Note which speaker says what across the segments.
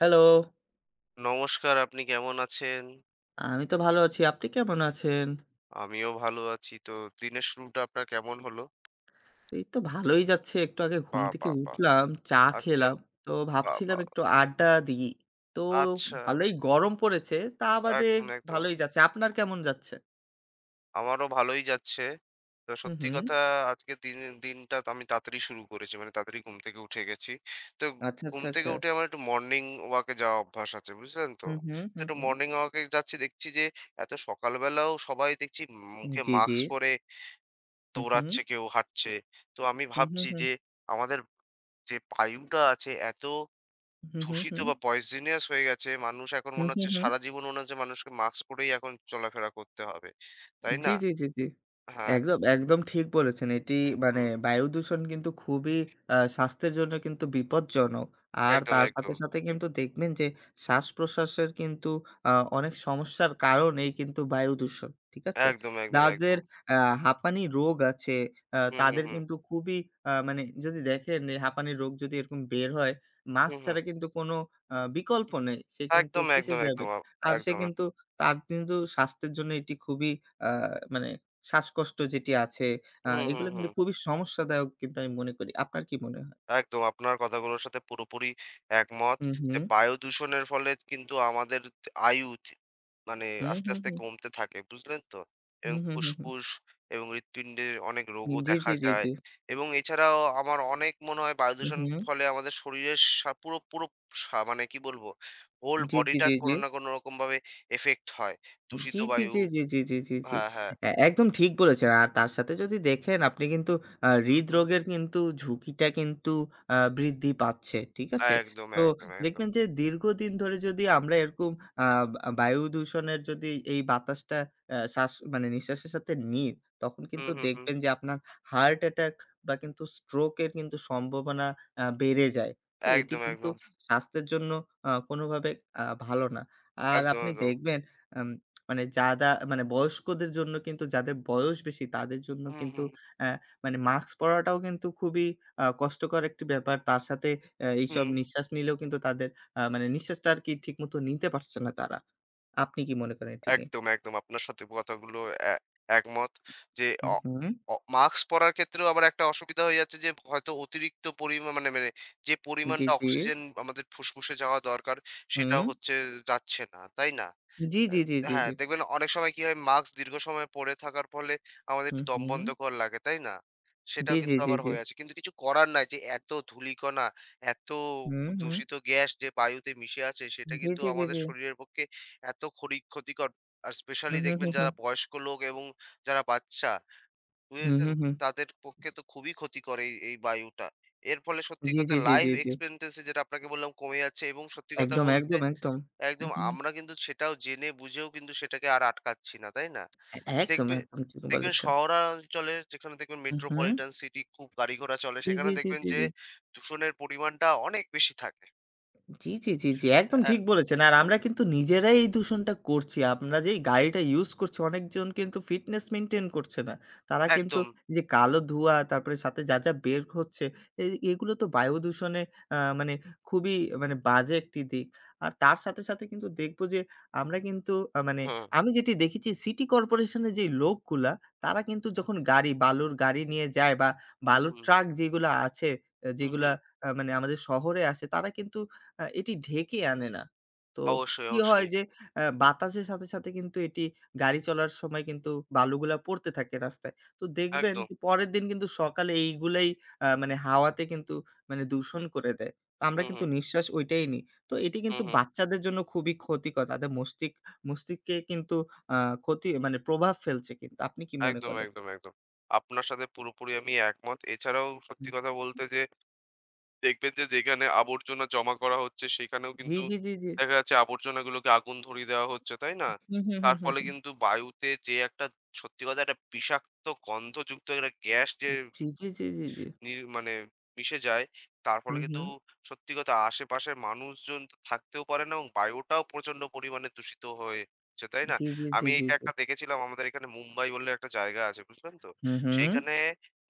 Speaker 1: Hello.
Speaker 2: নমস্কার, আপনি কেমন আছেন?
Speaker 1: আমি তো ভালো আছি। আপনি কেমন আছেন?
Speaker 2: আমিও ভালো আছি। তো দিনের শুরুটা আপনার কেমন হলো?
Speaker 1: এই তো ভালোই যাচ্ছে। একটু আগে ঘুম
Speaker 2: বাহ!
Speaker 1: থেকে
Speaker 2: বাহ! বাহ!
Speaker 1: উঠলাম, চা
Speaker 2: আচ্ছা,
Speaker 1: খেলাম। তো
Speaker 2: বাহ!
Speaker 1: ভাবছিলাম
Speaker 2: বাহ!
Speaker 1: একটু আড্ডা দিই। তো
Speaker 2: আচ্ছা,
Speaker 1: ভালোই গরম পড়েছে, তা বাদে
Speaker 2: একদম, একদম।
Speaker 1: ভালোই যাচ্ছে। আপনার কেমন যাচ্ছে?
Speaker 2: আমারও ভালোই যাচ্ছে। তো
Speaker 1: হুম,
Speaker 2: সত্যি
Speaker 1: হুম।
Speaker 2: কথা আজকের দিনটা তো আমি তাড়াতাড়ি শুরু করেছি। মানে তাড়াতাড়ি ঘুম থেকে উঠে গেছি। তো
Speaker 1: আচ্ছা,
Speaker 2: ঘুম
Speaker 1: আচ্ছা,
Speaker 2: থেকে
Speaker 1: আচ্ছা।
Speaker 2: উঠে আমার একটু মর্নিং ওয়াক এ যাওয়া অভ্যাস আছে, বুঝলেন তো?
Speaker 1: হুম, হুম,
Speaker 2: তো
Speaker 1: হুম,
Speaker 2: একটু
Speaker 1: হুম।
Speaker 2: মর্নিং ওয়াক এ যাচ্ছি, দেখছি যে এত সকালবেলাও সবাই দেখছি মুখে
Speaker 1: জি, জি।
Speaker 2: মাস্ক পরে
Speaker 1: হুম, হুম।
Speaker 2: দৌড়াচ্ছে, কেউ হাঁটছে। তো আমি
Speaker 1: হুম, হুম,
Speaker 2: ভাবছি
Speaker 1: হুম।
Speaker 2: যে আমাদের যে বায়ুটা আছে এত
Speaker 1: হুম, হুম,
Speaker 2: দূষিত
Speaker 1: হুম।
Speaker 2: বা পয়জনিয়াস হয়ে গেছে মানুষ এখন
Speaker 1: হুম,
Speaker 2: মনে
Speaker 1: হুম,
Speaker 2: হচ্ছে
Speaker 1: হুম।
Speaker 2: সারা জীবন মনে হচ্ছে মানুষকে মাস্ক পরেই এখন চলাফেরা করতে হবে। তাই
Speaker 1: জি,
Speaker 2: না?
Speaker 1: জি, জি, জি।
Speaker 2: হ্যাঁ।
Speaker 1: একদম, একদম ঠিক বলেছেন। এটি
Speaker 2: হুম,
Speaker 1: মানে
Speaker 2: হুম।
Speaker 1: বায়ু দূষণ কিন্তু খুবই স্বাস্থ্যের জন্য কিন্তু বিপজ্জনক। আর
Speaker 2: একদম,
Speaker 1: তার সাথে,
Speaker 2: একদম।
Speaker 1: সাথে কিন্তু দেখবেন যে শ্বাস-প্রশ্বাসের কিন্তু আ অনেক সমস্যার কারণেই কিন্তু বায়ু দূষণ। ঠিক আছে?
Speaker 2: একদম, একদম,
Speaker 1: যাদের
Speaker 2: একদম।
Speaker 1: আ হাঁপানি রোগ আছে,
Speaker 2: হুম, হুম,
Speaker 1: তাদের
Speaker 2: হুম।
Speaker 1: কিন্তু খুবই মানে যদি দেখেন এই হাঁপানি রোগ যদি এরকম বের হয়,
Speaker 2: হুম,
Speaker 1: মাস্ক
Speaker 2: হুম।
Speaker 1: ছাড়া কিন্তু কোনো বিকল্প নেই। সে কিন্তু
Speaker 2: একদম,
Speaker 1: ফেঁসে
Speaker 2: একদম,
Speaker 1: যাবে।
Speaker 2: একদম,
Speaker 1: আর সে
Speaker 2: একদম।
Speaker 1: কিন্তু তার কিন্তু স্বাস্থ্যের জন্য এটি খুবই আ মানে শ্বাসকষ্ট যেটি আছে,
Speaker 2: হুম, হুম,
Speaker 1: এগুলো কিন্তু
Speaker 2: হুম।
Speaker 1: খুবই সমস্যাদায়ক কিন্তু আমি মনে করি। আপনার কি মনে হয়?
Speaker 2: একদম আপনার কথাগুলোর সাথে পুরোপুরি একমত
Speaker 1: হু, হু।
Speaker 2: যে বায়ু দূষণের ফলে কিন্তু আমাদের আয়ু মানে
Speaker 1: হু,
Speaker 2: আস্তে
Speaker 1: হু,
Speaker 2: আস্তে
Speaker 1: হু।
Speaker 2: কমতে থাকে বুঝলেন তো
Speaker 1: হু,
Speaker 2: এবং
Speaker 1: হু, হু, হু।
Speaker 2: ফুসফুস এবং হৃৎপিণ্ডের অনেক রোগও
Speaker 1: জি,
Speaker 2: দেখা
Speaker 1: জি, জি,
Speaker 2: যায়
Speaker 1: জি।
Speaker 2: এবং এছাড়াও আমার অনেক মনে হয় বায়ু
Speaker 1: হু,
Speaker 2: দূষণ
Speaker 1: হু।
Speaker 2: ফলে আমাদের শরীরের পুরো পুরো মানে কি বলবো হোল
Speaker 1: জি, জি,
Speaker 2: বডিটা
Speaker 1: জি, জি।
Speaker 2: কোনো না কোনো রকম ভাবে এফেক্ট হয় দূষিত
Speaker 1: জি, জি,
Speaker 2: বায়ু।
Speaker 1: জি, জি, জি, জি, জি, জি।
Speaker 2: হ্যাঁ, হ্যাঁ।
Speaker 1: এ একদম ঠিক বলেছেন। আর তার সাথে যদি দেখেন আপনি কিন্তু
Speaker 2: হুম, হুম।
Speaker 1: হৃদরোগের কিন্তু ঝুঁকিটা কিন্তু বৃদ্ধি পাচ্ছে। ঠিক আছে?
Speaker 2: একদম,
Speaker 1: তো
Speaker 2: একদম, একদম।
Speaker 1: দেখবেন যে দীর্ঘদিন ধরে যদি আমরা এরকম আ বা বায়ু দূষণের যদি এই বাতাসটা শ্বাস মানে নিঃশ্বাসের সাথে নিই, তখন
Speaker 2: হুম,
Speaker 1: কিন্তু
Speaker 2: হুম, হুম।
Speaker 1: দেখবেন যে আপনার হার্ট অ্যাটাক বা কিন্তু স্ট্রোকের কিন্তু সম্ভাবনা বেড়ে যায়। তো এটি
Speaker 2: একদম,
Speaker 1: কিন্তু
Speaker 2: একদম,
Speaker 1: স্বাস্থ্যের জন্য কোনোভাবে ভালো না। আর
Speaker 2: একদম,
Speaker 1: আপনি
Speaker 2: একদম।
Speaker 1: দেখবেন আম মানে যারা মানে বয়স্কদের জন্য কিন্তু যাদের বয়স বেশি তাদের জন্য
Speaker 2: হুম,
Speaker 1: কিন্তু
Speaker 2: হুম,
Speaker 1: অ্যা মানে মাস্ক পরাটাও কিন্তু খুবই কষ্টকর একটি ব্যাপার। তার সাথে
Speaker 2: হুম,
Speaker 1: এইসব নিঃশ্বাস নিলেও কিন্তু তাদের মানে নিঃশ্বাসটা আরকি ঠিকমতো নিতে পারছে না তারা। আপনি কি মনে করেন এটি নিয়ে?
Speaker 2: একদম, একদম। আপনার সাথে কথাগুলো এ একমত যে অ
Speaker 1: হুম, হুম।
Speaker 2: অ মাস্ক পরার ক্ষেত্রেও আবার একটা অসুবিধা হয়ে যাচ্ছে যে হয়তো অতিরিক্ত পরিমাণ মানে যে
Speaker 1: জি,
Speaker 2: পরিমাণটা
Speaker 1: জি।
Speaker 2: অক্সিজেন আমাদের ফুসফুসে যাওয়া দরকার সেটা
Speaker 1: হুম।
Speaker 2: হচ্ছে যাচ্ছে না, তাই না?
Speaker 1: জি, জি, জি, জি,
Speaker 2: হ্যাঁ,
Speaker 1: জি।
Speaker 2: দেখবেন অনেক সময় কি হয় মাস্ক দীর্ঘ সময় পরে থাকার ফলে আমাদের একটু
Speaker 1: হুম, হুম।
Speaker 2: দমবন্ধকর লাগে, তাই না? সেটাও
Speaker 1: জি, জি,
Speaker 2: কিন্তু
Speaker 1: জি,
Speaker 2: আবার
Speaker 1: জি।
Speaker 2: হয়ে আছে। কিন্তু কিছু করার নাই যে এত ধূলিকণা, এত
Speaker 1: হুম, হুম।
Speaker 2: দূষিত গ্যাস যে বায়ুতে মিশে আছে সেটা
Speaker 1: জি,
Speaker 2: কিন্তু
Speaker 1: জি, জি,
Speaker 2: আমাদের
Speaker 1: জি।
Speaker 2: শরীরের পক্ষে এত ক্ষতিকর। আর
Speaker 1: হুম,
Speaker 2: স্পেশালি
Speaker 1: হুম,
Speaker 2: দেখবেন
Speaker 1: হুম,
Speaker 2: যারা
Speaker 1: হুম।
Speaker 2: বয়স্ক লোক এবং যারা বাচ্চা,
Speaker 1: হুম,
Speaker 2: বুঝেছেন?
Speaker 1: হুম, হুম।
Speaker 2: তাদের পক্ষে তো খুবই ক্ষতিকর এই এই বায়ুটা। এর ফলে সত্যি
Speaker 1: জি,
Speaker 2: কথা
Speaker 1: জি, জি,
Speaker 2: লাইফ
Speaker 1: জি, জি।
Speaker 2: এক্সপেক্টেন্সি যেটা আপনাকে বললাম কমে যাচ্ছে এবং সত্যি কথা
Speaker 1: একদম,
Speaker 2: বলতে
Speaker 1: একদম, একদম।
Speaker 2: একদম
Speaker 1: হুম, হুম।
Speaker 2: আমরা কিন্তু সেটাও জেনে বুঝেও কিন্তু সেটাকে আর আটকাচ্ছি না, তাই না?
Speaker 1: একদম,
Speaker 2: দেখবে
Speaker 1: একদম ঠিক
Speaker 2: দেখবেন
Speaker 1: বলেছেন।
Speaker 2: শহরাঞ্চলে যেখানে দেখবেন
Speaker 1: হুম, হুম।
Speaker 2: মেট্রোপলিটন সিটি খুব গাড়ি ঘোড়া চলে
Speaker 1: জি, জি,
Speaker 2: সেখানে
Speaker 1: জি,
Speaker 2: দেখবেন
Speaker 1: জি,
Speaker 2: যে
Speaker 1: জি।
Speaker 2: দূষণের পরিমাণটা অনেক বেশি থাকে।
Speaker 1: জি, জি, জি, জি। একদম
Speaker 2: অ্যা
Speaker 1: ঠিক বলেছেন। আর
Speaker 2: হুম,
Speaker 1: আমরা
Speaker 2: হুম,
Speaker 1: কিন্তু নিজেরাই এই দূষণটা করছি। আমরা যেই গাড়িটা ইউজ করছি অনেকজন কিন্তু ফিটনেস মেইনটেইন করছে না। তারা কিন্তু
Speaker 2: একদম।
Speaker 1: যে কালো ধোঁয়া তারপরে সাথে যা বের হচ্ছে, এই এগুলো তো বায়ু দূষণে মানে খুবই মানে বাজে একটি দিক। আর তার সাথে কিন্তু দেখব যে আমরা কিন্তু মানে
Speaker 2: হুম,
Speaker 1: আমি যেটি দেখেছি সিটি কর্পোরেশনের যেই লোকগুলা তারা কিন্তু যখন বালুর গাড়ি নিয়ে যায় বা
Speaker 2: হুম,
Speaker 1: বালুর
Speaker 2: হুম,
Speaker 1: ট্রাক যেগুলা আছে,
Speaker 2: হুম,
Speaker 1: যেগুলা
Speaker 2: হুম।
Speaker 1: মানে আমাদের শহরে আসে তারা কিন্তু এটি ঢেকে আনে না। তো
Speaker 2: অবশ্যই,
Speaker 1: কি হয়
Speaker 2: অবশ্যই।
Speaker 1: যে বাতাসের সাথে কিন্তু এটি গাড়ি চলার সময় কিন্তু বালুগুলা পড়তে থাকে রাস্তায়। তো দেখবেন
Speaker 2: একদম।
Speaker 1: যে পরের দিন কিন্তু সকালে এইগুলাই মানে হাওয়াতে কিন্তু মানে দূষণ করে দেয়। তো আমরা
Speaker 2: হুম, হুম,
Speaker 1: কিন্তু নিঃশ্বাস ওইটাই নিই। তো এটি
Speaker 2: হুম,
Speaker 1: কিন্তু
Speaker 2: হুম।
Speaker 1: বাচ্চাদের জন্য খুবই ক্ষতিকর। তাদের মস্তিষ্কে কিন্তু আ ক্ষতি মানে প্রভাব ফেলছে কিন্তু। আপনি কি মনে
Speaker 2: একদম,
Speaker 1: করেন?
Speaker 2: একদম, একদম। আপনার সাথে পুরোপুরি আমি একমত। এছাড়াও সত্যি
Speaker 1: হুম।
Speaker 2: কথা বলতে যে দেখবেন যে যেখানে আবর্জনা জমা করা হচ্ছে সেখানেও
Speaker 1: জি,
Speaker 2: কিন্তু
Speaker 1: জি, জি, জি।
Speaker 2: দেখা যাচ্ছে আবর্জনাগুলোকে আগুন ধরিয়ে দেওয়া হচ্ছে, তাই না?
Speaker 1: হুম, হুম,
Speaker 2: তার
Speaker 1: হুম, হুম,
Speaker 2: ফলে
Speaker 1: হুম।
Speaker 2: কিন্তু বায়ুতে যে একটা সত্যি কথা একটা বিষাক্ত গন্ধযুক্ত একটা গ্যাস যে
Speaker 1: জি, জি, জি, জি, জি।
Speaker 2: নি মানে মিশে যায়। তার ফলে
Speaker 1: হুম,
Speaker 2: কিন্তু
Speaker 1: হুম।
Speaker 2: সত্যি কথা আশেপাশের মানুষজন থাকতেও পারে না এবং বায়ুটাও প্রচন্ড পরিমাণে দূষিত হয়েছে, তাই না?
Speaker 1: জি, জি, জি,
Speaker 2: আমি
Speaker 1: জি,
Speaker 2: এইটা
Speaker 1: জি।
Speaker 2: একটা দেখেছিলাম আমাদের এখানে মুম্বাই বলে একটা জায়গা আছে, বুঝলেন তো?
Speaker 1: হুম, হুম।
Speaker 2: সেইখানে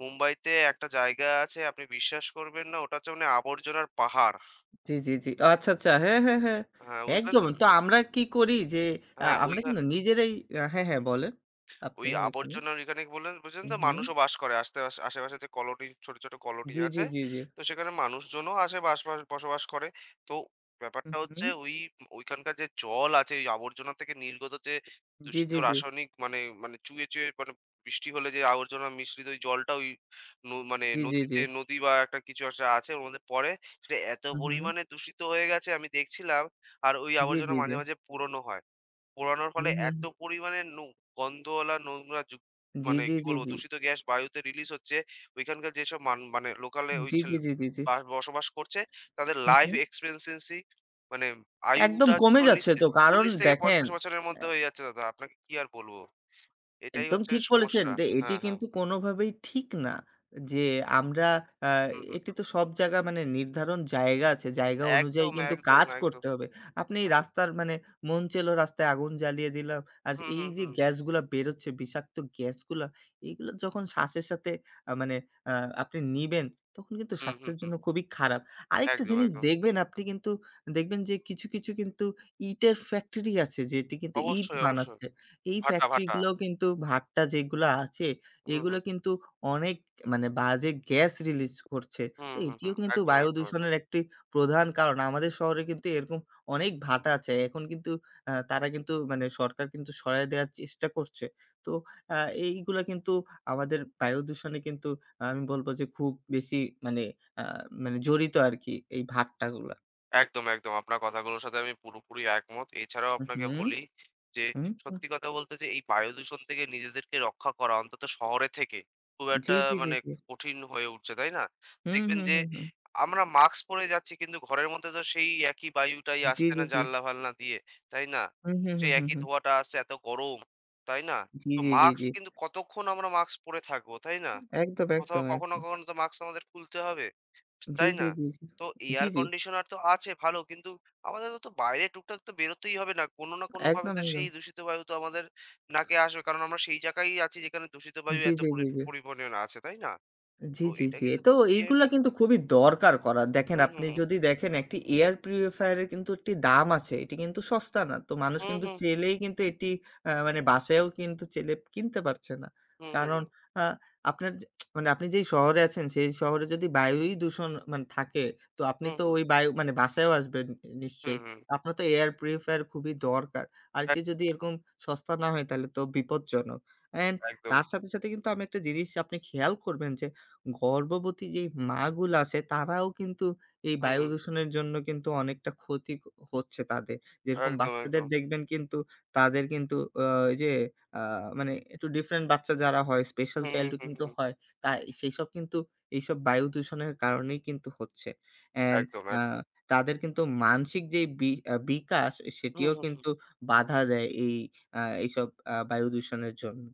Speaker 2: মুম্বাইতে একটা জায়গা আছে আপনি বিশ্বাস করবেন না ওটা হচ্ছে মানে আবর্জনার পাহাড়।
Speaker 1: জি, জি, জি। আচ্ছা, আচ্ছা। হ্যাঁ, হ্যাঁ, হ্যাঁ।
Speaker 2: হ্যাঁ, বুঝলেন
Speaker 1: একদম।
Speaker 2: তো?
Speaker 1: তো আমরা কি করি যে
Speaker 2: হ্যাঁ,
Speaker 1: আমরা
Speaker 2: ওইখান
Speaker 1: কিন্তু নিজেরাই হ্যাঁ, হ্যাঁ বলেন।
Speaker 2: ওই
Speaker 1: আপনি ওইখানে।
Speaker 2: আবর্জনার এখানে বললেন বলছেন যে
Speaker 1: উহু।
Speaker 2: মানুষও বাস করে। আস্তে আস আশেপাশে যে কলোনি ছোট, ছোট কলোনি
Speaker 1: জি,
Speaker 2: আছে।
Speaker 1: জি, জি, জি।
Speaker 2: তো সেখানে মানুষজনও আসে বাস বাস বসবাস করে। তো ব্যাপারটা
Speaker 1: উহু।
Speaker 2: হচ্ছে ওই ঐখানকার যে জল আছে ওই আবর্জনা থেকে নির্গত যে
Speaker 1: জি,
Speaker 2: দূষিত
Speaker 1: জি, জি।
Speaker 2: রাসায়নিক মানে মানে চুইয়ে, চুইয়ে মানে বৃষ্টি হলে যে আবর্জনা মিশ্রিত ওই জলটা ওই মানে
Speaker 1: জি, জি, জি।
Speaker 2: নদীতে নদী বা একটা কিছু একটা আছে ওর মধ্যে পড়ে। সেটা এত
Speaker 1: উহু।
Speaker 2: পরিমাণে দূষিত হয়ে গেছে আমি দেখছিলাম। আর ওই
Speaker 1: জি,
Speaker 2: আবর্জনা
Speaker 1: জি, জি।
Speaker 2: মাঝে, মাঝে পুরনো হয়। পোড়ানোর ফলে
Speaker 1: উহু।
Speaker 2: এত পরিমাণে গন্ধওয়ালা নোংরা
Speaker 1: জি,
Speaker 2: মানে
Speaker 1: জি,
Speaker 2: কি
Speaker 1: জি,
Speaker 2: বলবো
Speaker 1: জি।
Speaker 2: দূষিত গ্যাস বায়ুতে রিলিজ হচ্ছে। ওইখানকার যেসব মানে লোকালে ওই
Speaker 1: জি,
Speaker 2: ছেল
Speaker 1: জি, জি, জি, জি।
Speaker 2: বাস বসবাস করছে তাদের লাইফ
Speaker 1: উহু।
Speaker 2: এক্সপেক্টেন্সি মানে
Speaker 1: একদম
Speaker 2: আয়ুটা
Speaker 1: কমে যাচ্ছে তো। কারণ
Speaker 2: ৪০ থেকে
Speaker 1: দেখেন
Speaker 2: ৫০ বছরের মধ্যে হয়ে যাচ্ছে দাদা। আপনাকে কি আর বলবো? এটাই
Speaker 1: একদম
Speaker 2: হচ্ছে
Speaker 1: ঠিক বলেছেন
Speaker 2: সমস্যা।
Speaker 1: যে এটি
Speaker 2: হ্যাঁ, হ্যাঁ।
Speaker 1: কিন্তু কোনোভাবেই ঠিক না। যে আমরা আ
Speaker 2: হুম,
Speaker 1: এটি
Speaker 2: হুম।
Speaker 1: তো সব জায়গা মানে নির্ধারণ জায়গা আছে। জায়গা অনুযায়ী
Speaker 2: একদম,
Speaker 1: কিন্তু
Speaker 2: একদম,
Speaker 1: কাজ
Speaker 2: একদম।
Speaker 1: করতে হবে। আপনি এই
Speaker 2: একদম।
Speaker 1: রাস্তার মানে মন চেলো রাস্তায় আগুন জ্বালিয়ে দিলাম। আর
Speaker 2: হুম,
Speaker 1: এই
Speaker 2: হুম,
Speaker 1: যে
Speaker 2: হুম।
Speaker 1: গ্যাসগুলা বেরোচ্ছে বিষাক্ত গ্যাসগুলা, এইগুলা যখন শ্বাসের সাথে মানে আ আপনি নিবেন তখন কিন্তু
Speaker 2: হুম, হুম,
Speaker 1: স্বাস্থ্যের
Speaker 2: হুম।
Speaker 1: জন্য খুবই খারাপ। আরেকটা
Speaker 2: একদম,
Speaker 1: জিনিস
Speaker 2: একদম।
Speaker 1: দেখবেন আপনি কিন্তু দেখবেন যে কিছু কিন্তু ইটের ফ্যাক্টরি আছে যেটি কিন্তু ইট
Speaker 2: অবশ্যই, অবশ্যই।
Speaker 1: বানাচ্ছে। এই
Speaker 2: ভাটা,
Speaker 1: ফ্যাক্টরি
Speaker 2: ভাটা।
Speaker 1: গুলোও কিন্তু ভাগটা যেগুলো আছে,
Speaker 2: হুম,
Speaker 1: এগুলো
Speaker 2: হুম।
Speaker 1: কিন্তু অনেক মানে বাজে গ্যাস রিলিজ করছে।
Speaker 2: হুম,
Speaker 1: তো
Speaker 2: হুম,
Speaker 1: এটিও
Speaker 2: হুম।
Speaker 1: কিন্তু
Speaker 2: একদম,
Speaker 1: বায়ু
Speaker 2: একদম, একদম।
Speaker 1: দূষণের একটি প্রধান কারণ। আমাদের শহরে কিন্তু এরকম অনেক ভাটা আছে। এখন কিন্তু তারা কিন্তু মানে সরকার কিন্তু সরায় দেওয়ার চেষ্টা করছে। তো আ এইগুলা কিন্তু আমাদের বায়ু দূষণে কিন্তু আমি বলব যে খুব বেশি মানে আ মানে জড়িত আরকি এই ভাট্টাগুলা।
Speaker 2: একদম, একদম। আপনার কথাগুলোর সাথে আমি পুরোপুরি একমত। এছাড়াও আপনাকে
Speaker 1: হুম,
Speaker 2: বলি যে,
Speaker 1: হুম, হুম,
Speaker 2: সত্যি কথা বলতে যে এই বায়ু দূষণ থেকে নিজেদেরকে রক্ষা করা অন্তত শহরে থেকে খুব
Speaker 1: জি,
Speaker 2: একটা
Speaker 1: জি, জি,
Speaker 2: মানে
Speaker 1: জি।
Speaker 2: কঠিন হয়ে উঠছে, তাই না?
Speaker 1: হুম,
Speaker 2: দেখবেন
Speaker 1: হুম,
Speaker 2: যে
Speaker 1: হুম, হুম।
Speaker 2: আমরা মাস্ক পরে যাচ্ছি কিন্তু ঘরের মধ্যে তো সেই একই বায়ুটাই
Speaker 1: জি,
Speaker 2: আসছে
Speaker 1: জি,
Speaker 2: না
Speaker 1: জি।
Speaker 2: জানলা-ফালনা দিয়ে, তাই না?
Speaker 1: হুম, হুম, হুম,
Speaker 2: সেই
Speaker 1: হুম,
Speaker 2: একই
Speaker 1: হুম।
Speaker 2: ধোঁয়াটা আসছে, এত গরম, তাই না?
Speaker 1: জি,
Speaker 2: তো
Speaker 1: জি, জি,
Speaker 2: মাস্ক
Speaker 1: জি।
Speaker 2: কিন্তু কতক্ষণ আমরা মাস্ক পরে থাকবো, তাই না?
Speaker 1: একদম,
Speaker 2: কোথাও
Speaker 1: একদম,
Speaker 2: কখনো,
Speaker 1: একদম।
Speaker 2: কখনো তো মাস্ক আমাদের খুলতে হবে।
Speaker 1: জি,
Speaker 2: তাই না?
Speaker 1: জি, জি, জি।
Speaker 2: তো
Speaker 1: জি,
Speaker 2: এয়ার
Speaker 1: জি।
Speaker 2: কন্ডিশনার তো আছে ভালো। কিন্তু আমাদের তো বাইরে টুকটাক তো বেরোতেই হবে না। কোনো না কোনোভাবে
Speaker 1: একদম,
Speaker 2: তো সেই
Speaker 1: একদম।
Speaker 2: দূষিত বায়ু তো আমাদের নাকে আসবে। কারণ আমরা সেই জায়গায় আছি যেখানে দূষিত বায়ু
Speaker 1: জি,
Speaker 2: এত
Speaker 1: জি, জি, জি।
Speaker 2: পরিমাণে আছে। তাই না?
Speaker 1: জি,
Speaker 2: তো
Speaker 1: জি,
Speaker 2: এটা
Speaker 1: জি।
Speaker 2: কিন্তু
Speaker 1: তো
Speaker 2: খুবই
Speaker 1: এইগুলা
Speaker 2: একটা
Speaker 1: কিন্তু খুবই দরকার করা। দেখেন
Speaker 2: হুম, হুম,
Speaker 1: আপনি
Speaker 2: হুম।
Speaker 1: যদি দেখেন একটি এয়ার পিউরিফায়ার এর কিন্তু একটি দাম আছে। এটি কিন্তু সস্তা না। তো মানুষ
Speaker 2: হুম,
Speaker 1: কিন্তু
Speaker 2: হুম।
Speaker 1: চেলেই কিন্তু এটি মানে বাসায়ও কিন্তু চেলে কিনতে পারছে না।
Speaker 2: হুম, হুম,
Speaker 1: কারণ
Speaker 2: হুম।
Speaker 1: আ আপনার যে মানে আপনি যেই শহরে আছেন সেই শহরে যদি বায়ুই দূষণ মানে থাকে তো আপনি
Speaker 2: হুম,
Speaker 1: তো
Speaker 2: হুম।
Speaker 1: ওই বায়ু মানে বাসায়ও আসবেন
Speaker 2: হুম,
Speaker 1: নিশ্চয়ই।
Speaker 2: হুম।
Speaker 1: আপনার তো এয়ার পিউরিফায়ার খুবই দরকার। আর এটি যদি
Speaker 2: একদম,
Speaker 1: এরকম সস্তা না হয় তাহলে তো বিপজ্জনক। অ্যান্ড
Speaker 2: একদম।
Speaker 1: তার সাথে কিন্তু আমি একটা জিনিস আপনি খেয়াল করবেন যে গর্ভবতী যেই মাগুলো আছে তারাও কিন্তু এই
Speaker 2: হুম,
Speaker 1: বায়ু
Speaker 2: হুম।
Speaker 1: দূষণের জন্য কিন্তু অনেকটা ক্ষতি ক হচ্ছে তাদের। যেরকম
Speaker 2: একদম,
Speaker 1: বাচ্চাদের
Speaker 2: একদম।
Speaker 1: দেখবেন কিন্তু তাদের কিন্তু আ এই যে আ মানে একটু ডিফারেন্ট বাচ্চা যারা হয় স্পেশাল
Speaker 2: হুম,
Speaker 1: চাইল্ড
Speaker 2: হুম,
Speaker 1: ও
Speaker 2: হুম,
Speaker 1: কিন্তু
Speaker 2: হুম।
Speaker 1: হয়। তাই সেইসব কিন্তু এইসব বায়ু দূষণের কারণেই কিন্তু হচ্ছে। অ্যান্ড
Speaker 2: একদম,
Speaker 1: আ
Speaker 2: একদম।
Speaker 1: তাদের কিন্তু মানসিক যেই বি আ বিকাশ
Speaker 2: হুম,
Speaker 1: সেটিও
Speaker 2: হুম, হুম।
Speaker 1: কিন্তু বাধা দেয় এই এইসব বায়ু দূষণের জন্য।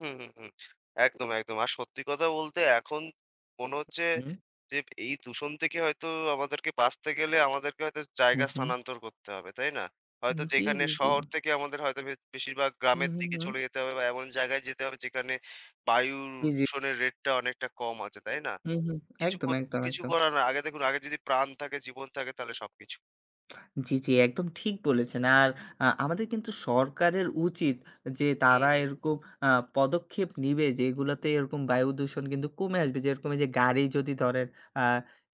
Speaker 2: হুম, হুম, হুম। একদম, একদম। আর সত্যি কথা বলতে এখন মনে হচ্ছে
Speaker 1: হুম,
Speaker 2: যে এই দূষণ থেকে হয়তো আমাদেরকে বাঁচতে গেলে আমাদেরকে হয়তো
Speaker 1: হুম,
Speaker 2: জায়গা
Speaker 1: হুম।
Speaker 2: স্থানান্তর করতে হবে, তাই না? হয়তো
Speaker 1: জি,
Speaker 2: যেখানে
Speaker 1: জি, জি।
Speaker 2: শহর থেকে আমাদের হয়তো বেশিরভাগ
Speaker 1: হুম,
Speaker 2: গ্রামের
Speaker 1: হুম,
Speaker 2: দিকে
Speaker 1: হুম।
Speaker 2: চলে যেতে হবে বা এমন জায়গায় যেতে হবে যেখানে বায়ুর
Speaker 1: জি, জি।
Speaker 2: দূষণের রেটটা অনেকটা কম আছে, তাই না?
Speaker 1: হুম, হুম।
Speaker 2: কিছু
Speaker 1: একদম,
Speaker 2: কর
Speaker 1: একদম,
Speaker 2: কিছু
Speaker 1: একদম।
Speaker 2: করার না। আগে দেখুন আগে যদি প্রাণ থাকে, জীবন থাকে তাহলে সবকিছু।
Speaker 1: জি, জি, একদম ঠিক বলেছেন। আর আমাদের কিন্তু সরকারের উচিত যে
Speaker 2: হুম,
Speaker 1: তারা
Speaker 2: হুম।
Speaker 1: এরকম আ পদক্ষেপ নিবে যেগুলাতে এরকম বায়ু দূষণ কিন্তু কমে আসবে। যেরকম এই যে গাড়ি যদি ধরেন আ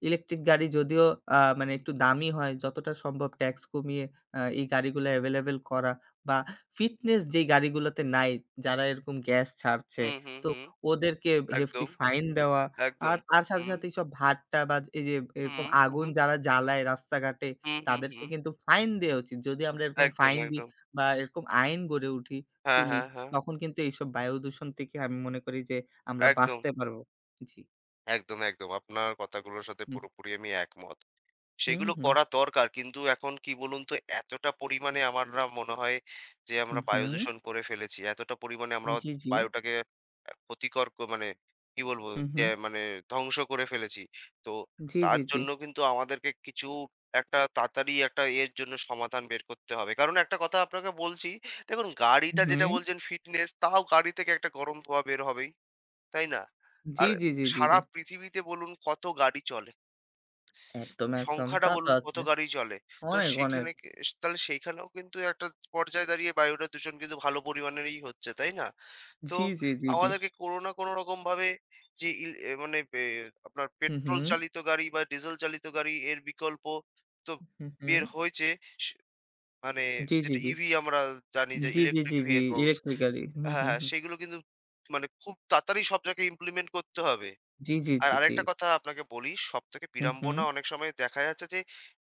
Speaker 1: ইলেকট্রিক গাড়ি যদিও মানে একটু দামি হয় যতটা সম্ভব ট্যাক্স কমিয়ে এই গাড়িগুলো এভেইলেবল করা বা ফিটনেস যেই গাড়িগুলোতে নাই যারা এরকম গ্যাস ছাড়ছে
Speaker 2: হুম, হুম,
Speaker 1: তো
Speaker 2: হুম।
Speaker 1: ওদেরকে হেফটি
Speaker 2: একদম,
Speaker 1: ফাইন দেওয়া।
Speaker 2: একদম।
Speaker 1: আর তার সাথে,
Speaker 2: হুম,
Speaker 1: সাথে এইসব ভাট্টা বা এই যে এরকম
Speaker 2: হুম, হুম,
Speaker 1: আগুন
Speaker 2: হুম,
Speaker 1: যারা জ্বালায় রাস্তাঘাটে
Speaker 2: হুম, হুম,
Speaker 1: তাদেরকে
Speaker 2: হুম।
Speaker 1: কিন্তু ফাইন দেয়া উচিত। যদি আমরা এরকম
Speaker 2: একদম,
Speaker 1: ফাইন দিই
Speaker 2: একদম।
Speaker 1: বা এরকম আইন গড়ে উঠি
Speaker 2: হ্যাঁ,
Speaker 1: তুলি,
Speaker 2: হ্যাঁ, হ্যাঁ।
Speaker 1: তখন কিন্তু এইসব বায়ু দূষণ থেকে আমি মনে করি যে আমরা
Speaker 2: একদম,
Speaker 1: বাঁচতে পারব। জি।
Speaker 2: একদম, একদম। আপনার কথাগুলোর সাথে
Speaker 1: হুম,
Speaker 2: পুরোপুরি আমি একমত।
Speaker 1: হুম,
Speaker 2: সেগুলো
Speaker 1: হুম,
Speaker 2: করা দরকার। কিন্তু এখন কি বলুন তো এতটা পরিমাণে আমারা মনে হয় যে আমরা
Speaker 1: হুম,
Speaker 2: বায়ু
Speaker 1: হুম।
Speaker 2: দূষণ করে ফেলেছি। এতটা পরিমাণে আমরা
Speaker 1: জি, জি।
Speaker 2: বায়ুটাকে ক্ষতিকর মানে কি বলবো?
Speaker 1: হুম,
Speaker 2: যে
Speaker 1: হুম।
Speaker 2: মানে ধ্বংস করে ফেলেছি। তো
Speaker 1: জি,
Speaker 2: তার
Speaker 1: জি, জি।
Speaker 2: জন্য কিন্তু আমাদেরকে কিছু একটা তাড়াতাড়ি একটা এর জন্য সমাধান বের করতে হবে। কারণ একটা কথা আপনাকে বলছি, দেখুন
Speaker 1: হুম,
Speaker 2: গাড়িটা যেটা
Speaker 1: হুম।
Speaker 2: বলছেন ফিটনেস তাও গাড়ি থেকে একটা গরম ধোঁয়া বের হবেই। তাই না?
Speaker 1: জি,
Speaker 2: আর
Speaker 1: জি, জি, জি, জি।
Speaker 2: সারা পৃথিবীতে বলুন কত গাড়ি চলে।
Speaker 1: একদম, একদম।
Speaker 2: সংখ্যাটা
Speaker 1: তা তো
Speaker 2: বলুন কত
Speaker 1: আছে।
Speaker 2: গাড়ি চলে। তো
Speaker 1: অনেক, অনেক।
Speaker 2: সেখানে কে তাহলে সেইখানেও কিন্তু একটা পর্যায়ে দাঁড়িয়ে বায়ুটা দূষণ কিন্তু ভালো পরিমাণেরই হচ্ছে, তাই না? তো
Speaker 1: জি, জি, জি, জি।
Speaker 2: আমাদেরকে কোনো না কোনো রকমভাবে যে ইল এ মানে পে আপনার
Speaker 1: হুম,
Speaker 2: পেট্রোল
Speaker 1: হুম।
Speaker 2: চালিত গাড়ি বা ডিজেল চালিত গাড়ি এর বিকল্প তো
Speaker 1: হুম, হুম।
Speaker 2: বের হয়েছে। স মানে
Speaker 1: জি, জি,
Speaker 2: যেটা
Speaker 1: জি।
Speaker 2: ইভি আমরা জানি যে
Speaker 1: জি, জি,
Speaker 2: ইলেকট্রিক
Speaker 1: জি, জি।
Speaker 2: ভেহিকলস।
Speaker 1: ইলেকট্রিক গাড়ি। হুম,
Speaker 2: হ্যাঁ,
Speaker 1: হুম,
Speaker 2: হ্যাঁ,
Speaker 1: হুম।
Speaker 2: সেগুলো কিন্তু মানে খুব তাড়াতাড়ি সব জায়গায় ইমপ্লিমেন্ট করতে হবে।
Speaker 1: জি, জি,
Speaker 2: আর
Speaker 1: জি, জি।
Speaker 2: আরেকটা কথা আপনাকে বলি, সবথেকে
Speaker 1: হুম, হুম।
Speaker 2: বিড়ম্বনা অনেক সময় দেখা যাচ্ছে যে,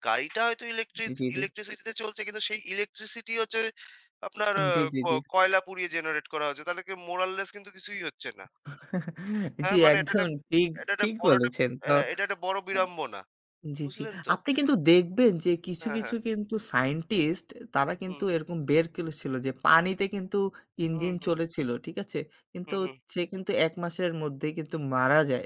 Speaker 2: গাড়িটা হয়তো
Speaker 1: জি, জি।
Speaker 2: ইলেকট্রিসিটিতে চলছে কিন্তু সেই ইলেকট্রিসিটি হচ্ছে আপনার
Speaker 1: জি, জি,
Speaker 2: ক
Speaker 1: জি।
Speaker 2: কয়লা পুড়িয়ে জেনারেট করা হচ্ছে। তাহলে কি মোরাললেস কিন্তু কিছুই হচ্ছে না।
Speaker 1: জি,
Speaker 2: হ্যাঁ, মানে
Speaker 1: একদম ঠিক,
Speaker 2: এটা একটা
Speaker 1: ঠিক
Speaker 2: বড় একটা
Speaker 1: বলেছেন। তো
Speaker 2: হ্যাঁ, এটা একটা বড়
Speaker 1: হ্যাঁ।
Speaker 2: বিড়ম্বনা।
Speaker 1: জি, জি।
Speaker 2: বুঝলেন তো?
Speaker 1: আপনি কিন্তু দেখবেন যে কিছু,
Speaker 2: হ্যাঁ, হ্যাঁ।
Speaker 1: কিছু কিন্তু সায়েন্টিস্ট তারা
Speaker 2: হুম,
Speaker 1: কিন্তু এরকম বের করেছিল যে পানিতে কিন্তু
Speaker 2: হুম,
Speaker 1: ইঞ্জিন
Speaker 2: হুম,
Speaker 1: চলেছিল। ঠিক আছে?
Speaker 2: হুম,
Speaker 1: কিন্তু
Speaker 2: হুম,
Speaker 1: সে কিন্তু ১ মাসের মধ্যেই কিন্তু মারা যায়।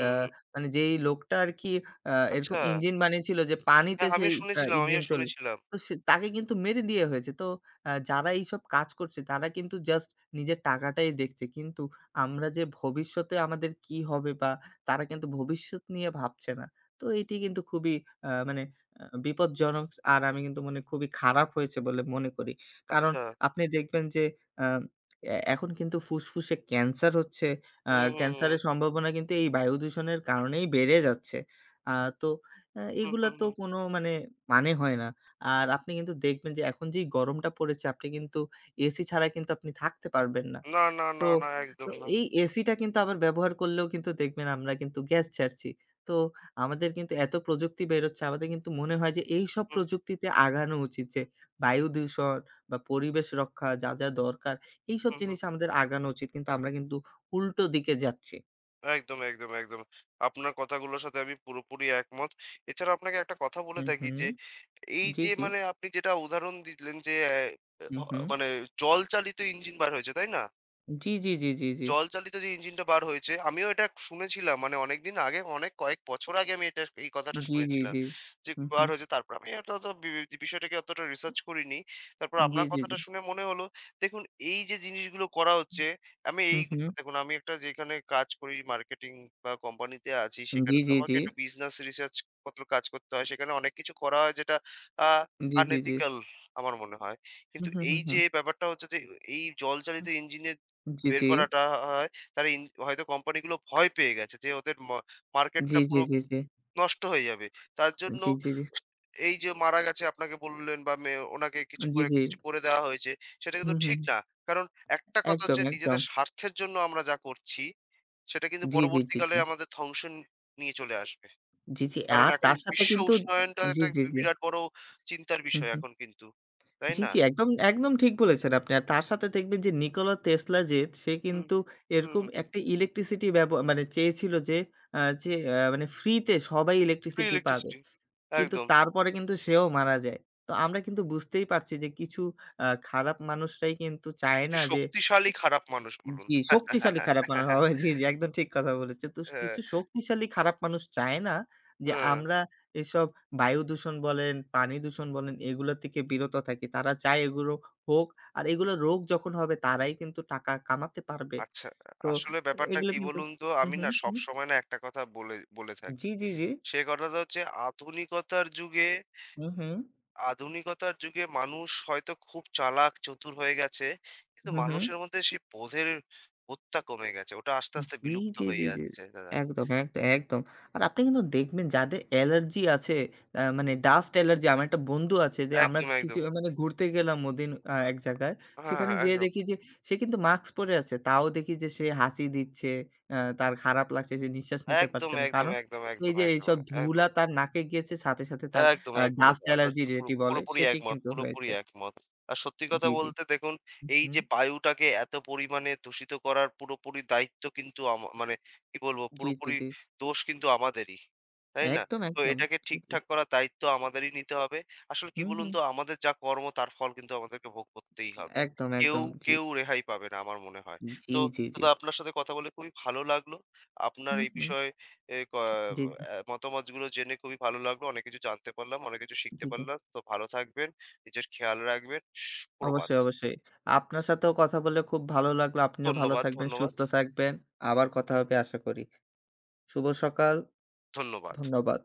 Speaker 1: আ মানে যেই লোকটা আরকি
Speaker 2: আচ্ছা।
Speaker 1: এরকম ইঞ্জিন বানিয়েছিল যে পানিতে
Speaker 2: হ্যাঁ,
Speaker 1: সেই
Speaker 2: আমিও
Speaker 1: আ
Speaker 2: শুনেছিলাম, আমিও
Speaker 1: ইঞ্জিন চল
Speaker 2: শুনেছিলাম।
Speaker 1: তো সে তাকে কিন্তু মেরে দেয়া হয়েছে। তো যারা এইসব কাজ করছে তারা কিন্তু জাস্ট নিজের টাকাটাই দেখছে। কিন্তু আমরা যে ভবিষ্যতে আমাদের কি হবে বা তারা কিন্তু ভবিষ্যৎ নিয়ে ভাবছে না। তো এটি কিন্তু খুবই মানে বিপজ্জনক আর আমি কিন্তু মনে খুবই খারাপ হয়েছে বলে মনে করি। কারণ
Speaker 2: আচ্ছা।
Speaker 1: আপনি দেখবেন যে আ এ এখন কিন্তু ফুসফুসে ক্যান্সার হচ্ছে। আ
Speaker 2: হুম, হুম, হুম।
Speaker 1: ক্যান্সারের সম্ভাবনা কিন্তু এই বায়ু দূষণের কারণেই বেড়ে যাচ্ছে। আ তো
Speaker 2: হুম,
Speaker 1: এগুলা
Speaker 2: হুম,
Speaker 1: তো
Speaker 2: হুম।
Speaker 1: কোনো মানে, মানে হয় না। আর আপনি কিন্তু দেখবেন যে এখন যেই গরমটা পড়েছে আপনি কিন্তু এসি ছাড়া কিন্তু আপনি থাকতে পারবেন না।
Speaker 2: না, না,
Speaker 1: তো
Speaker 2: না, না, একদম
Speaker 1: তো
Speaker 2: না।
Speaker 1: এই এসিটা কিন্তু আবার ব্যবহার করলেও কিন্তু দেখবেন আমরা কিন্তু গ্যাস ছাড়ছি। তো আমাদের কিন্তু এত প্রযুক্তি বেরোচ্ছে আমাদের কিন্তু মনে হয় যে এইসব
Speaker 2: হুম,
Speaker 1: প্রযুক্তিতে আগানো উচিত যে বায়ু দূষণ বা পরিবেশ রক্ষা যা দরকার এইসব
Speaker 2: হুম, হুম।
Speaker 1: জিনিস আমাদের আগানো উচিত। কিন্তু আমরা কিন্তু উল্টো দিকে যাচ্ছি।
Speaker 2: একদম, একদম, একদম। আপনার কথাগুলোর সাথে আমি পুরোপুরি একমত। এছাড়া আপনাকে একটা কথা বলে
Speaker 1: হুম,
Speaker 2: থাকি
Speaker 1: হুম।
Speaker 2: যে, এই
Speaker 1: জি,
Speaker 2: যে
Speaker 1: জি।
Speaker 2: মানে আপনি যেটা উদাহরণ দিলেন যে, অ্যা
Speaker 1: হুম,
Speaker 2: অ
Speaker 1: হুম।
Speaker 2: মানে জল চালিত ইঞ্জিন বার হয়েছে, তাই না?
Speaker 1: জি, জি, জি, জি, জি।
Speaker 2: জল চালিত যে ইঞ্জিনটা বার হয়েছে, আমিও এটা শুনেছিলাম। মানে অনেকদিন আগে, অনেক কয়েক বছর আগে আমি এটা এই কথাটা
Speaker 1: জি, জি,
Speaker 2: শুনেছিলাম।
Speaker 1: জি।
Speaker 2: যে
Speaker 1: হুম,
Speaker 2: বার
Speaker 1: হুম।
Speaker 2: হয়েছে তারপর আমি এটা তো বি বি বিষয়টাকে অতটা রিসার্চ করিনি। তারপর
Speaker 1: জি,
Speaker 2: আপনার
Speaker 1: জি, জি।
Speaker 2: কথাটা শুনে মনে হলো, দেখুন এই যে জিনিসগুলো করা হচ্ছে, আমি এই
Speaker 1: হুম, হুম।
Speaker 2: দেখুন আমি একটা যেখানে কাজ করি মার্কেটিং বা কোম্পানিতে আছি, সেখানে
Speaker 1: জি,
Speaker 2: তো
Speaker 1: জি,
Speaker 2: আমাকে
Speaker 1: জি।
Speaker 2: একটু বিজনেস রিসার্চ পত্র কাজ করতে হয়। সেখানে অনেক কিছু করা হয় যেটা আ
Speaker 1: জি, জি, জি।
Speaker 2: unethical আমার মনে হয়।
Speaker 1: হুম,
Speaker 2: কিন্তু
Speaker 1: হুম,
Speaker 2: এই
Speaker 1: হুম,
Speaker 2: যে
Speaker 1: হুম।
Speaker 2: ব্যাপারটা হচ্ছে যে এই জল চালিত ইঞ্জিনের
Speaker 1: জি,
Speaker 2: বের
Speaker 1: জি।
Speaker 2: করাটা হয়, তারা ইন হয়তো কোম্পানিগুলো ভয় পেয়ে গেছে যে ওদের
Speaker 1: জি,
Speaker 2: মার্কেটটা
Speaker 1: জি,
Speaker 2: পুরো
Speaker 1: জি, জি।
Speaker 2: নষ্ট হয়ে যাবে। তার জন্য
Speaker 1: জি, জি, জি,
Speaker 2: এই যে মারা গেছে আপনাকে বললেন বা ওনাকে
Speaker 1: জি, জি।
Speaker 2: কিছু করে দেওয়া হয়েছে, সেটা কিন্তু
Speaker 1: হুম, হুম।
Speaker 2: ঠিক না। কারণ একটা কথা
Speaker 1: একদম,
Speaker 2: হচ্ছে
Speaker 1: একদম।
Speaker 2: নিজেদের স্বার্থের জন্য আমরা যা করছি, সেটা কিন্তু
Speaker 1: জি, জি, জি,
Speaker 2: পরবর্তীকালে
Speaker 1: জি।
Speaker 2: আমাদের ধ্বংস নিয়ে চলে আসবে।
Speaker 1: জি, জি।
Speaker 2: কারণ
Speaker 1: আর
Speaker 2: এখন
Speaker 1: তার সাথে
Speaker 2: বিশ্ব
Speaker 1: কিন্তু
Speaker 2: উষ্ণায়নটা
Speaker 1: জি,
Speaker 2: একটা
Speaker 1: জি, জি।
Speaker 2: বিরাট বড় চিন্তার
Speaker 1: হুম,
Speaker 2: বিষয়
Speaker 1: হুম।
Speaker 2: এখন কিন্তু। তাই
Speaker 1: জি,
Speaker 2: না?
Speaker 1: জি। একদম, একদম ঠিক বলেছেন আপনি। আর তার সাথে দেখবেন যে নিকোলা টেসলা যে সে
Speaker 2: হুম,
Speaker 1: কিন্তু
Speaker 2: হুম,
Speaker 1: এরকম
Speaker 2: হুম।
Speaker 1: একটা ইলেকট্রিসিটি ব্যব মানে চেয়েছিল যে আ যে আ মানে ফ্রি তে সবাই
Speaker 2: ফ্রি
Speaker 1: ইলেকট্রিসিটি পাবে।
Speaker 2: ইলেকট্রিসিটি।
Speaker 1: কিন্তু
Speaker 2: একদম।
Speaker 1: তারপরে কিন্তু সেও মারা যায়। তো আমরা কিন্তু বুঝতেই পারছি যে কিছু খারাপ মানুষরাই কিন্তু চায়
Speaker 2: কিছু
Speaker 1: না যে
Speaker 2: শক্তিশালী খারাপ মানুষ বলুন।
Speaker 1: জি, শক্তিশালী খারাপ মানুষ হবে। জি, জি, একদম ঠিক কথা বলেছেন। তো
Speaker 2: হ্যাঁ,
Speaker 1: কিছু শক্তিশালী খারাপ মানুষ চায় না যে
Speaker 2: হ্যাঁ,
Speaker 1: আমরা এসব বায়ু দূষণ বলেন, পানি দূষণ বলেন এগুলো থেকে বিরত থাকি। তারা চায় এগুলো হোক। আর এগুলো রোগ যখন হবে তারাই কিন্তু টাকা কামাতে পারবে।
Speaker 2: আচ্ছা।
Speaker 1: তো
Speaker 2: আসলে ব্যাপারটা
Speaker 1: এগুলো
Speaker 2: কি
Speaker 1: কিন্তু
Speaker 2: বলুন তো?
Speaker 1: হু,
Speaker 2: আমি
Speaker 1: হু,
Speaker 2: না
Speaker 1: হু।
Speaker 2: সবসময় না একটা কথা বলে বলে থাকি।
Speaker 1: জি, জি, জি।
Speaker 2: সে কথাটা হচ্ছে আধুনিকতার যুগে
Speaker 1: হু, হু।
Speaker 2: আধুনিকতার যুগে মানুষ হয়তো খুব চালাক, চতুর হয়ে গেছে। কিন্তু
Speaker 1: হু, হু।
Speaker 2: মানুষের মধ্যে সেই বোধের বোধটা কমে গেছে। ওটা আস্তে, আস্তে
Speaker 1: জি,
Speaker 2: বিলুপ্ত
Speaker 1: জি, জি,
Speaker 2: হয়ে
Speaker 1: জি।
Speaker 2: যাচ্ছে দাদা।
Speaker 1: একদম, একদম, একদম। আর আপনি কিন্তু দেখবেন যাদের অ্যালার্জি আছে, মানে
Speaker 2: হুম,
Speaker 1: ডাস্ট অ্যালার্জি, আমার একটা বন্ধু আছে যে আমরা
Speaker 2: একদম,
Speaker 1: কিছু
Speaker 2: একদম।
Speaker 1: মানে ঘুরতে গেলাম ওদিন এক জায়গায়।
Speaker 2: আ হ্যাঁ,
Speaker 1: সেখানে যেয়ে
Speaker 2: একদম।
Speaker 1: দেখি যে সে কিন্তু মাস্ক পরে আছে। তাও দেখি যে সে হাঁচি দিচ্ছে, তার খারাপ লাগছে, সে নিঃশ্বাস নিতে
Speaker 2: একদম,
Speaker 1: পারছে না।
Speaker 2: একদম,
Speaker 1: কারণ
Speaker 2: একদম,
Speaker 1: সেই
Speaker 2: একদম,
Speaker 1: যে
Speaker 2: একদম,
Speaker 1: এইসব ধুলা
Speaker 2: একদম।
Speaker 1: তার নাকে গিয়েছে সাথে তার
Speaker 2: একদম, একদম
Speaker 1: ডাস্ট
Speaker 2: দাদা। আপনার
Speaker 1: অ্যালার্জি
Speaker 2: সাথে
Speaker 1: যেটি বলে
Speaker 2: পুরোপুরি
Speaker 1: সেটি
Speaker 2: একমত,
Speaker 1: কিন্তু
Speaker 2: পুরোপুরি
Speaker 1: হয়েছে।
Speaker 2: একমত। আর সত্যি কথা
Speaker 1: জি, জি।
Speaker 2: বলতে দেখুন, এই
Speaker 1: হুম,
Speaker 2: যে বায়ুটাকে এত পরিমাণে দূষিত করার পুরোপুরি দায়িত্ব কিন্তু মানে কি বলবো,
Speaker 1: জি, জি,
Speaker 2: পুরোপুরি
Speaker 1: জি।
Speaker 2: দোষ কিন্তু আমাদেরই। তাই না?
Speaker 1: একদম,
Speaker 2: তো
Speaker 1: একদম।
Speaker 2: এটাকে
Speaker 1: জি, জি।
Speaker 2: ঠিকঠাক করার দায়িত্ব আমাদেরই নিতে হবে। আসলে কি
Speaker 1: হুম,
Speaker 2: বলুন
Speaker 1: হুম।
Speaker 2: তো, আমাদের যা কর্ম তার ফল কিন্তু আমাদেরকে ভোগ করতেই হবে।
Speaker 1: একদম,
Speaker 2: কেউ,
Speaker 1: একদম। জি।
Speaker 2: কেউ রেহাই পাবে না আমার মনে হয়। তো
Speaker 1: জি, জি, জি।
Speaker 2: দাদা আপনার সাথে কথা বলে খুবই ভালো লাগলো। আপনার
Speaker 1: হুম,
Speaker 2: এই
Speaker 1: হুম।
Speaker 2: বিষয়ে এ ক
Speaker 1: জি, জি,
Speaker 2: অ্যা মতামতগুলো জেনে খুবই ভালো লাগলো। অনেক কিছু জানতে পারলাম, অনেক কিছু শিখতে
Speaker 1: জি, জি।
Speaker 2: পারলাম। তো ভালো থাকবেন, নিজের খেয়াল রাখবেন। সু প্রভাত।
Speaker 1: অবশ্যই, অবশ্যই। আপনার সাথেও কথা বলে খুব ভালো লাগলো। আপনিও ভালো
Speaker 2: ধন্যবাদ,
Speaker 1: থাকবেন,
Speaker 2: ধন্যবাদ,
Speaker 1: সুস্থ থাকবেন। আবার কথা হবে আশা করি। শুভ সকাল।
Speaker 2: ধন্যবাদ।
Speaker 1: ধন্যবাদ।